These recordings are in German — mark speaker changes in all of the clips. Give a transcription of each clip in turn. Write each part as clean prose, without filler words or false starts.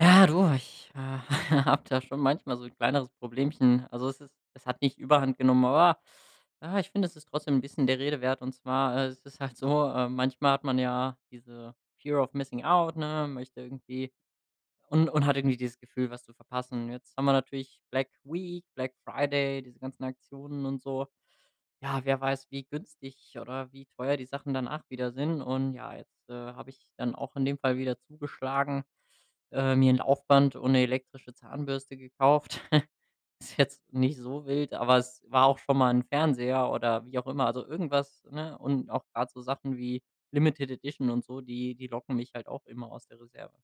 Speaker 1: Ja, du, habe da schon manchmal so ein kleineres Problemchen. Also, es hat nicht Überhand genommen, aber, ja, ich finde, es ist trotzdem ein bisschen der Rede wert. Und zwar, es ist halt so, manchmal hat man ja diese Fear of Missing Out, ne, möchte irgendwie und hat irgendwie dieses Gefühl, was zu verpassen. Jetzt haben wir natürlich Black Week, Black Friday, diese ganzen Aktionen und so. Ja, wer weiß, wie günstig oder wie teuer die Sachen danach wieder sind. Und ja, jetzt, habe ich dann auch in dem Fall wieder zugeschlagen, mir 'n Laufband und 'ne elektrische Zahnbürste gekauft. Ist jetzt nicht so wild, aber es war auch schon mal 'n Fernseher oder wie auch immer, also irgendwas, ne? Und auch grad so Sachen wie Limited Edition und so, die locken mich halt auch immer aus der Reserve.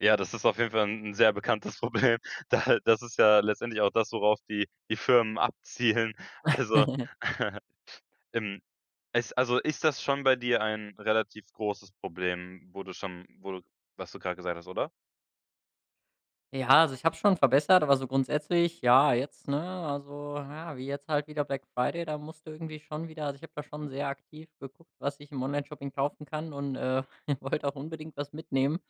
Speaker 2: Ja, das ist auf jeden Fall 'n sehr bekanntes Problem. Da das ist ja letztendlich auch das, worauf die Firmen abzielen. Also, ähm, ist das schon bei dir ein relativ großes Problem, wo du schon wo du was du grad gesagt hast, oder?
Speaker 1: Ja, also ich habe es schon verbessert, aber so grundsätzlich, ja, jetzt, ne, also, ja, wie jetzt halt wieder Black Friday, da musst du irgendwie schon wieder, also ich habe da schon sehr aktiv geguckt, was ich im Online-Shopping kaufen kann und, wollte auch unbedingt was mitnehmen.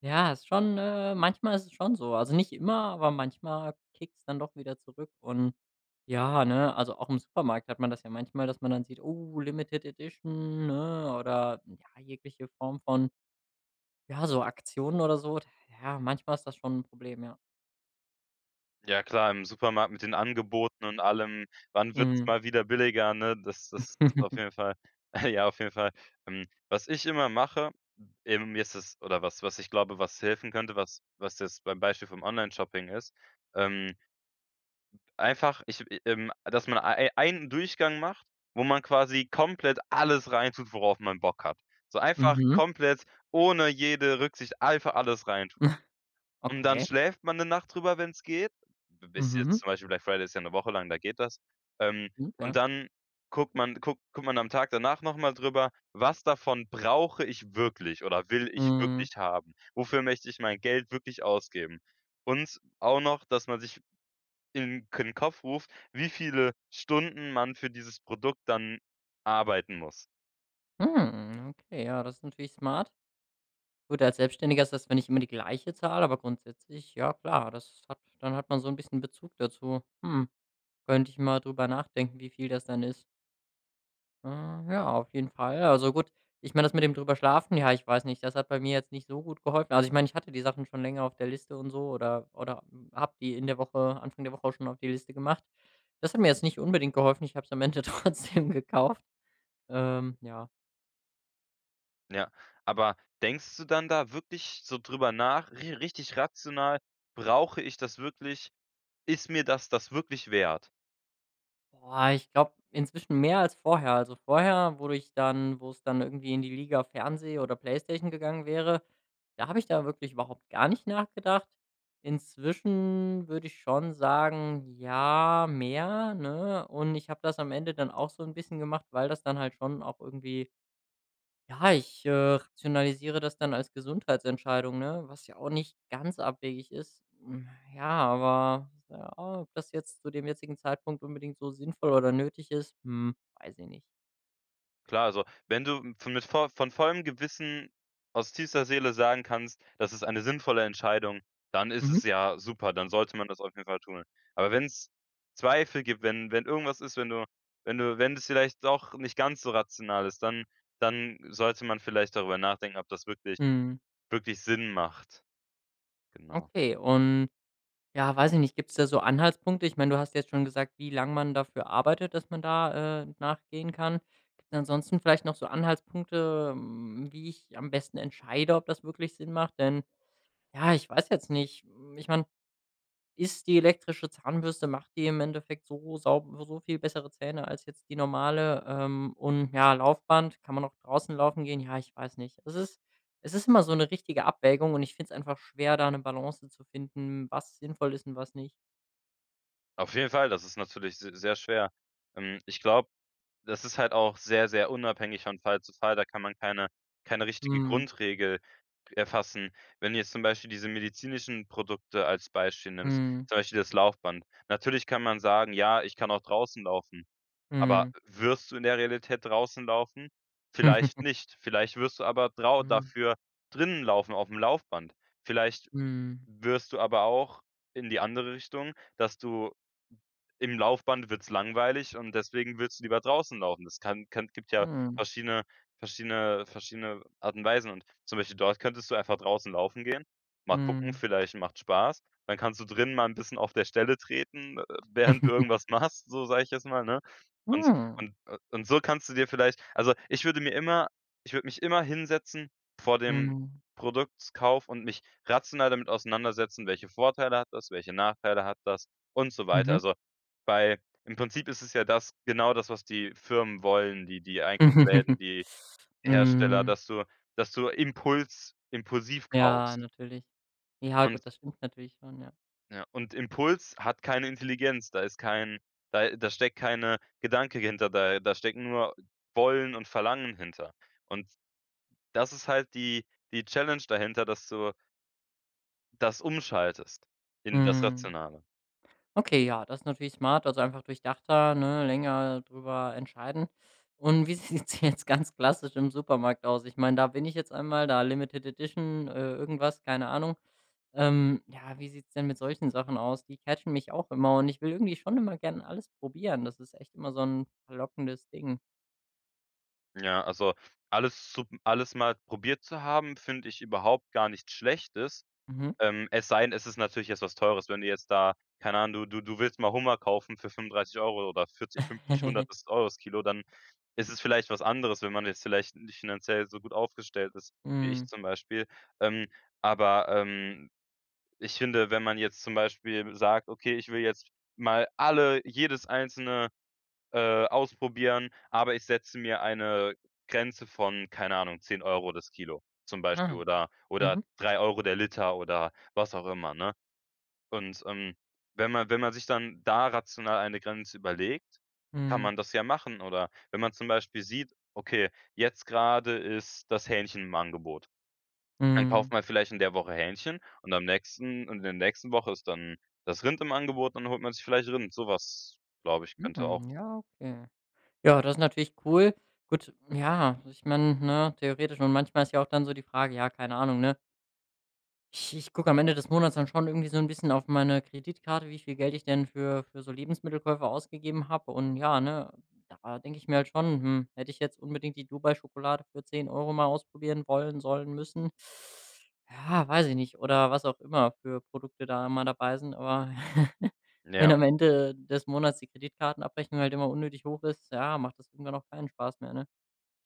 Speaker 1: Ja, ist schon, manchmal ist es schon so. Also nicht immer, aber manchmal kickt's dann doch wieder zurück und ja, ne, also auch im Supermarkt hat man das ja manchmal, dass man dann sieht: „Oh, Limited Edition“, ne, oder ja, jegliche Form von, ja, so Aktionen oder so. Ja, manchmal ist das schon ein Problem, ja.
Speaker 2: Ja klar, im Supermarkt mit den Angeboten und allem. Wann wird's
Speaker 1: Mhm.
Speaker 2: mal wieder billiger, ne? Das ist auf jeden Fall. Ja, auf jeden Fall. Was ich immer mache, mir ist es oder was ich glaube, was helfen könnte, was jetzt beim Beispiel vom Onlineshopping ist. Ähm Einfach ich Dass man ei einen Durchgang macht, wo man quasi komplett alles reintut, worauf man Bock hat. So einfach
Speaker 1: Mhm.
Speaker 2: komplett ohne jede Rücksicht einfach alles reintun. Und dann
Speaker 1: Okay.
Speaker 2: schläft man 'ne Nacht drüber, wenn's geht. B bis jetzt
Speaker 1: Mhm.
Speaker 2: zum Beispiel Black Friday ist ja 'ne Woche lang, da geht das. Ähm,
Speaker 1: Stimmt,
Speaker 2: und
Speaker 1: ja.
Speaker 2: dann guckt man am Tag danach noch mal drüber: „Was davon brauche ich wirklich oder will ich
Speaker 1: Mhm.
Speaker 2: wirklich haben? Wofür möchte ich mein Geld wirklich ausgeben?“ Und auch noch, dass man sich in den Kopf ruft, wie viele Stunden man für dieses Produkt dann arbeiten muss.
Speaker 1: Hm, okay, ja, das ist natürlich smart. Gut, als Selbstständiger ist das, wenn ich immer die gleiche Zahl, aber grundsätzlich, ja klar, das hat dann, hat man so ein bisschen Bezug dazu. Hm, könnte ich mal drüber nachdenken, wie viel das dann ist. Äh, ja, auf jeden Fall. Also gut, ich meine, das mit dem drüber schlafen, ja, ich weiß nicht, das hat bei mir jetzt nicht so gut geholfen. Also ich meine, ich hatte die Sachen schon länger auf der Liste und so, oder habe die in der Woche, Anfang der Woche auch schon auf die Liste gemacht. Das hat mir jetzt nicht unbedingt geholfen. Ich habe es am Ende trotzdem gekauft. Ja.
Speaker 2: Ja, aber denkst du dann da wirklich so drüber nach, ri richtig rational: „Brauche ich das wirklich? Ist mir das wirklich wert?“
Speaker 1: Boah, ich glaube, inzwischen mehr als vorher. Also vorher, wo es dann irgendwie in die Liga Fernseh oder Playstation gegangen wäre, da habe ich da wirklich überhaupt gar nicht nachgedacht. Inzwischen würde ich schon sagen, ja, mehr, ne? Und ich habe das am Ende dann auch so ein bisschen gemacht, weil das dann halt schon auch irgendwie, ja, rationalisiere das dann als Gesundheitsentscheidung, ne, was ja auch nicht ganz abwegig ist. Hm, ja, aber, ja, ob das jetzt zu dem jetzigen Zeitpunkt unbedingt so sinnvoll oder nötig ist, hm, weiß ich nicht.
Speaker 2: Klar, also, wenn du m von mit vo von vollem Gewissen aus tiefster Seele sagen kannst: „Das ist eine sinnvolle Entscheidung“, dann ist
Speaker 1: Mhm.
Speaker 2: es ja super, dann sollte man das auf jeden Fall tun. Aber wenn es Zweifel gibt, wenn irgendwas ist, wenn es vielleicht doch nicht ganz so rational ist, dann sollte man vielleicht darüber nachdenken, ob das
Speaker 1: Hm,
Speaker 2: wirklich Sinn macht. Genau.
Speaker 1: okay. Und ja, weiß ich nicht. Gibt es da so Anhaltspunkte? Ich meine, du hast jetzt schon gesagt, wie lang man dafür arbeitet, dass man da, nachgehen kann. Gibt es ansonsten vielleicht noch so Anhaltspunkte, hm, wie ich am besten entscheide, ob das wirklich Sinn macht? Denn, ja, ich weiß jetzt nicht. Hm, ich meine, ist die elektrische Zahnbürste, macht die im Endeffekt so sauber, so viel bessere Zähne als jetzt die normale, und ja, Laufband, kann man auch draußen laufen gehen? Ja, ich weiß nicht. Es ist immer so eine richtige Abwägung und ich finde es einfach schwer, da eine Balance zu finden, was sinnvoll ist und was nicht.
Speaker 2: Auf jeden Fall, das ist natürlich se sehr schwer. Ich glaube, das ist halt auch sehr, sehr unabhängig von Fall zu Fall. Da kann man keine richtige
Speaker 1: Mhm.
Speaker 2: Grundregel erfassen. Wenn du jetzt zum Beispiel diese medizinischen Produkte als Beispiel nimmst,
Speaker 1: Mhm.
Speaker 2: zum Beispiel das Laufband. Natürlich kann man sagen: „Ja, ich kann auch draußen laufen.“ Aber
Speaker 1: Mhm.
Speaker 2: wirst du in der Realität draußen laufen? Vielleicht nicht. Vielleicht wirst du aber drau
Speaker 1: Mhm.
Speaker 2: dafür drinnen laufen auf dem Laufband. Vielleicht
Speaker 1: Mhm.
Speaker 2: wirst du aber auch in die andere Richtung, dass du im Laufband wird's langweilig und deswegen willst du lieber draußen laufen. Das kann gibt ja verschiedene verschiedene Arten und Weisen, und zum Beispiel dort könntest du einfach draußen laufen gehen, mal gucken,
Speaker 1: Mhm.
Speaker 2: vielleicht macht Spaß. Dann kannst du drinnen mal ein bisschen auf der Stelle treten,
Speaker 1: Mhm.
Speaker 2: während
Speaker 1: Mhm.
Speaker 2: du
Speaker 1: Mhm.
Speaker 2: irgendwas machst, so sage ich jetzt mal, ne? Und und so kannst du dir vielleicht, also, ich würde mich immer hinsetzen vor dem Produktkauf und mich rational damit auseinandersetzen: „Welche Vorteile hat das? Welche Nachteile hat das?“, und so weiter. Also, weil im Prinzip ist es ja das genau das, was die Firmen wollen, die
Speaker 1: Mhm.
Speaker 2: Einkaufsläden, die Hersteller,
Speaker 1: Mhm.
Speaker 2: dass du impulsiv
Speaker 1: Ja,
Speaker 2: kaufst.
Speaker 1: natürlich. Ja,
Speaker 2: Und
Speaker 1: gut, das stimmt natürlich schon, ja.
Speaker 2: ja, und Impuls hat keine Intelligenz, da steckt keine Gedanke hinter, da stecken nur Wollen und Verlangen hinter. Und das ist halt die Challenge dahinter, dass du das umschaltest in das
Speaker 1: Mhm.
Speaker 2: Rationale.
Speaker 1: Okay, ja, das ist natürlich smart, also einfach durchdachter, ne, länger drüber entscheiden. Und wie sieht's jetzt ganz klassisch im Supermarkt aus? Ich meine, da bin ich jetzt einmal, da Limited Edition, irgendwas, keine Ahnung. Ja, wie sieht's denn mit solchen Sachen aus? Die catchen mich auch immer und ich will irgendwie schon immer gerne alles probieren. Das ist echt immer so ein verlockendes Ding.
Speaker 2: Ja, also, alles mal probiert zu haben, finde ich überhaupt gar nichts Schlechtes.
Speaker 1: Mhm.
Speaker 2: Es sei denn, es ist natürlich jetzt was Teures. Wenn du jetzt da, keine Ahnung, du willst mal Hummer kaufen für 35 Euro oder 40, 50, 100 das Euro das Kilo, dann ist es vielleicht was anderes, wenn man jetzt vielleicht nicht finanziell so gut aufgestellt ist wie ich
Speaker 1: Mhm.
Speaker 2: zum Beispiel. Ähm, aber, ich finde, wenn man jetzt zum Beispiel sagt: „Okay, ich will jetzt mal alle jedes einzelne ausprobieren, aber ich setze mir eine Grenze von, keine Ahnung, 10 Euro das Kilo zum Beispiel
Speaker 1: Ah.
Speaker 2: oder
Speaker 1: Mhm.
Speaker 2: 3 Euro der Liter oder was auch immer, ne?“ Und, wenn man sich dann da rational eine Grenze überlegt, kann
Speaker 1: Mhm.
Speaker 2: man das ja machen. Oder wenn man zum Beispiel sieht: „Okay, jetzt gerade ist das Hähnchen im Angebot.“ Dann kauft
Speaker 1: Mhm.
Speaker 2: man vielleicht in der Woche Hähnchen, und am nächsten in der nächsten Woche ist dann das Rind im Angebot, dann holt man sich vielleicht Rind. Sowas, glaube ich, könnte auch,
Speaker 1: Mhm. Ja, okay. Ja, das ist natürlich cool. Gut, ja, ich meine, ne, theoretisch, und manchmal ist ja auch dann so die Frage, ja, keine Ahnung, ne? Ich gucke am Ende des Monats dann schon irgendwie so ein bisschen auf meine Kreditkarte, wie viel Geld ich denn für so Lebensmittelkäufe ausgegeben habe. Und ja, ne, da denke ich mir halt schon: „Hm, hätte ich jetzt unbedingt die Dubai-Schokolade für 10 Euro mal ausprobieren wollen, sollen, müssen?“ Ja, weiß ich nicht. Oder was auch immer für Produkte da immer dabei sind. Aber wenn
Speaker 2: ja.
Speaker 1: am Ende des Monats die Kreditkartenabrechnung halt immer unnötig hoch ist, ja, macht das irgendwann auch keinen Spaß mehr, ne?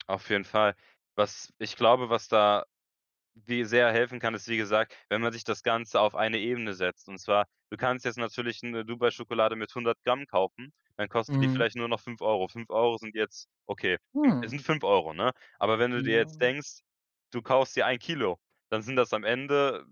Speaker 2: Auf jeden Fall. Was ich glaube, was da wie sehr helfen kann, ist, wie gesagt, wenn man sich das Ganze auf eine Ebene setzt. Und zwar, du kannst jetzt natürlich 'ne Dubai-Schokolade mit 100 Gramm kaufen, dann kostet die
Speaker 1: Mhm.
Speaker 2: vielleicht nur noch 5 Euro. 5 Euro sind jetzt okay, fünf es
Speaker 1: Hm,
Speaker 2: sind 5 Euro, ne? Aber wenn du dir jetzt
Speaker 1: ja.
Speaker 2: denkst, du kaufst dir ein Kilo, dann sind das am Ende,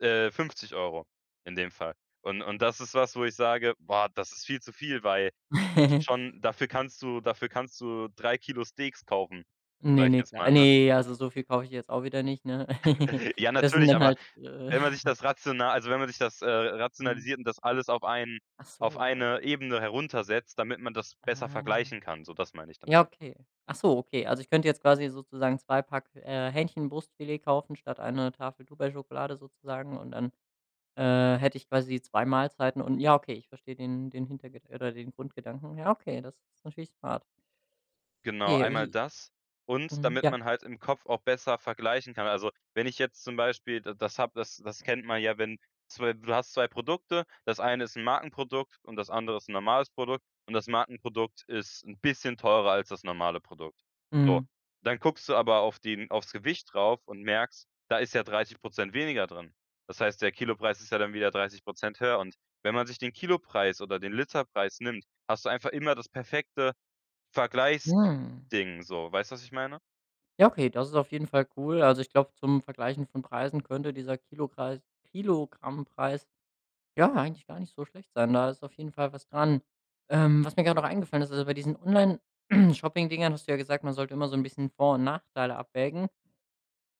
Speaker 2: 50 Euro in dem Fall. Und das ist was, wo ich sage: „Boah, das ist viel zu viel“, weil schon dafür kannst du 3 Kilo Steaks kaufen,
Speaker 1: Ne,
Speaker 2: sage ich
Speaker 1: ne,
Speaker 2: jetzt
Speaker 1: klar. Ah,
Speaker 2: mal, ne?
Speaker 1: ne, also so viel kaufe ich jetzt auch wieder nicht, ne?
Speaker 2: Ja,
Speaker 1: Das sind
Speaker 2: natürlich,
Speaker 1: dann
Speaker 2: aber
Speaker 1: halt,
Speaker 2: wenn man sich das rational, also, wenn man sich das,
Speaker 1: mhm.
Speaker 2: rationalisiert und das alles
Speaker 1: Ach
Speaker 2: auf
Speaker 1: so, ja.
Speaker 2: eine Ebene heruntersetzt, damit man das besser
Speaker 1: Ah.
Speaker 2: vergleichen kann, so das meine ich damit.
Speaker 1: Ja, okay. Ach so, okay. Also ich könnte jetzt quasi sozusagen 2 Pack, Hähnchenbrustfilet kaufen statt einer Tafel Dubai-Schokolade sozusagen und dann, hätte ich quasi 2 Mahlzeiten und ja, okay, ich verstehe den Hintergedan oder den Grundgedanken. Ja, okay, das ist natürlich smart.
Speaker 2: Genau,
Speaker 1: Okay,
Speaker 2: einmal
Speaker 1: wie
Speaker 2: das, und
Speaker 1: mhm,
Speaker 2: damit
Speaker 1: ja.
Speaker 2: man halt im Kopf auch besser vergleichen kann. Also, wenn ich jetzt zum Beispiel, d das hab das das kennt man ja, wenn zwei du hast 2 Produkte, das eine ist ein Markenprodukt und das andere ist ein normales Produkt, und das Markenprodukt ist ein bisschen teurer als das normale Produkt. So,
Speaker 1: Mhm.
Speaker 2: dann guckst du aber auf den aufs Gewicht drauf und merkst, da ist ja 30 weniger drin. Das heißt, der Kilopreis ist ja dann wieder 30 höher, und wenn man sich den Kilopreis oder den Literpreis nimmt, hast du einfach immer das perfekte
Speaker 1: Mhm.
Speaker 2: Vergleichsding, so, weißt du, was ich meine?
Speaker 1: Ja, okay, das ist auf jeden Fall cool. Also, ich glaube, zum Vergleichen von Preisen könnte dieser Kilogreis Kilogrammpreis, ja, eigentlich gar nicht so schlecht sein. Da ist auf jeden Fall was dran. Was mir gerade noch eingefallen ist, also, bei diesen Online Shopping-Dingern hast du ja gesagt, man sollte immer so ein bisschen Vor und Nachteile abwägen.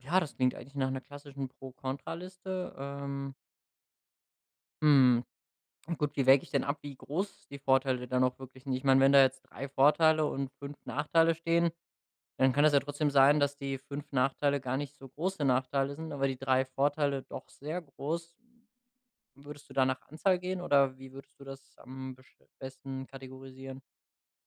Speaker 1: Ja, das klingt eigentlich nach einer klassischen Pro-Kontra-Liste. Hm, gut, wie wäge ich denn ab, wie groß die Vorteile dann auch wirklich sind? Ich meine, wenn da jetzt 3 Vorteile und 5 Nachteile stehen, dann kann es ja trotzdem sein, dass die 5 Nachteile gar nicht so große Nachteile sind, aber die 3 Vorteile doch sehr groß. Würdest du da nach Anzahl gehen oder wie würdest du das am besch besten kategorisieren?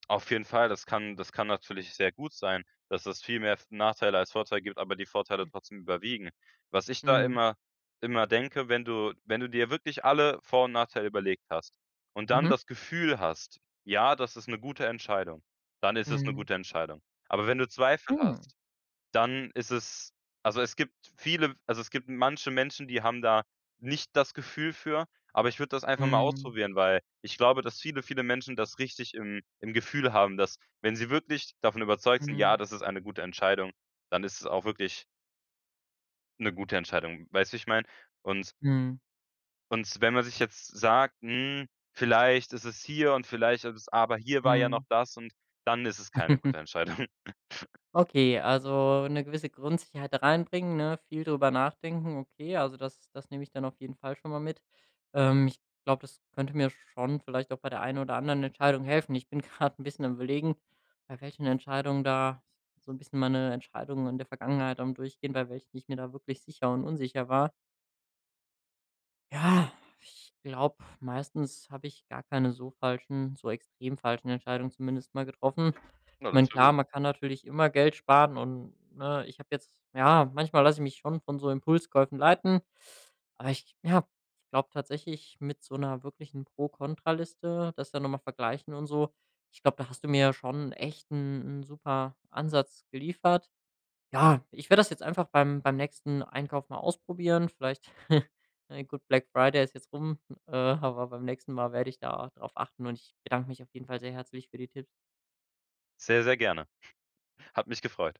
Speaker 2: Auf jeden Fall, das kann natürlich sehr gut sein, dass es viel mehr F Nachteile als Vorteile gibt, aber die Vorteile trotzdem überwiegen. Was ich da
Speaker 1: Mhm.
Speaker 2: immer denke, wenn du dir wirklich alle Vor- und Nachteile überlegt hast und dann
Speaker 1: Mhm.
Speaker 2: das Gefühl hast: „Ja, das ist 'ne gute Entscheidung“, dann ist es 'ne
Speaker 1: Mhm.
Speaker 2: gute Entscheidung. Aber wenn du Zweifel
Speaker 1: Mhm.
Speaker 2: hast, dann ist es, also, es gibt manche Menschen, die haben da nicht das Gefühl für, aber ich würde das einfach mal
Speaker 1: Mhm.
Speaker 2: ausprobieren, weil ich glaube, dass viele, viele Menschen das richtig im Gefühl haben, dass wenn sie wirklich davon überzeugt sind: „Ja,
Speaker 1: Mhm.
Speaker 2: das ist eine gute Entscheidung“, dann ist es auch wirklich eine gute Entscheidung. Weißt du, wie ich meine? Und
Speaker 1: Mhm.
Speaker 2: wenn man sich jetzt sagt: „Hm, vielleicht ist es hier, und vielleicht ist es, aber hier war ja
Speaker 1: Mhm.
Speaker 2: noch das“ und dann ist es keine gute Entscheidung.
Speaker 1: Okay, also eine gewisse Grundsicherheit reinbringen, ne? Viel drüber nachdenken, okay, also das nehme ich dann auf jeden Fall schon mal mit. Ich glaube, das könnte mir schon vielleicht auch bei der einen oder anderen Entscheidung helfen. Ich bin gerade ein bisschen am Überlegen, bei welchen Entscheidungen da so ein bisschen meine Entscheidungen in der Vergangenheit am Durchgehen, bei welchen ich mir da wirklich sicher und unsicher war. Ja, ich glaube, meistens habe ich gar keine so falschen, so extrem falschen Entscheidungen zumindest mal getroffen. Ich
Speaker 2: Ja, das
Speaker 1: meine,
Speaker 2: ist ja
Speaker 1: klar,
Speaker 2: gut.
Speaker 1: man kann natürlich immer Geld sparen und, ne, ich habe jetzt ja, manchmal lasse ich mich schon von so Impulskäufen leiten, aber ich, ja, ich glaube tatsächlich mit so einer wirklichen Pro-Kontra-Liste, das dann noch mal vergleichen und so. Ich glaube, da hast du mir ja schon echt einen 'n super Ansatz geliefert. Ja, ich werde das jetzt einfach beim nächsten Einkauf mal ausprobieren. Vielleicht na gut, Black Friday ist jetzt rum, aber beim nächsten Mal werde ich da drauf achten und ich bedanke mich auf jeden Fall sehr herzlich für die Tipps.
Speaker 2: Sehr, sehr gerne. Hat mich gefreut.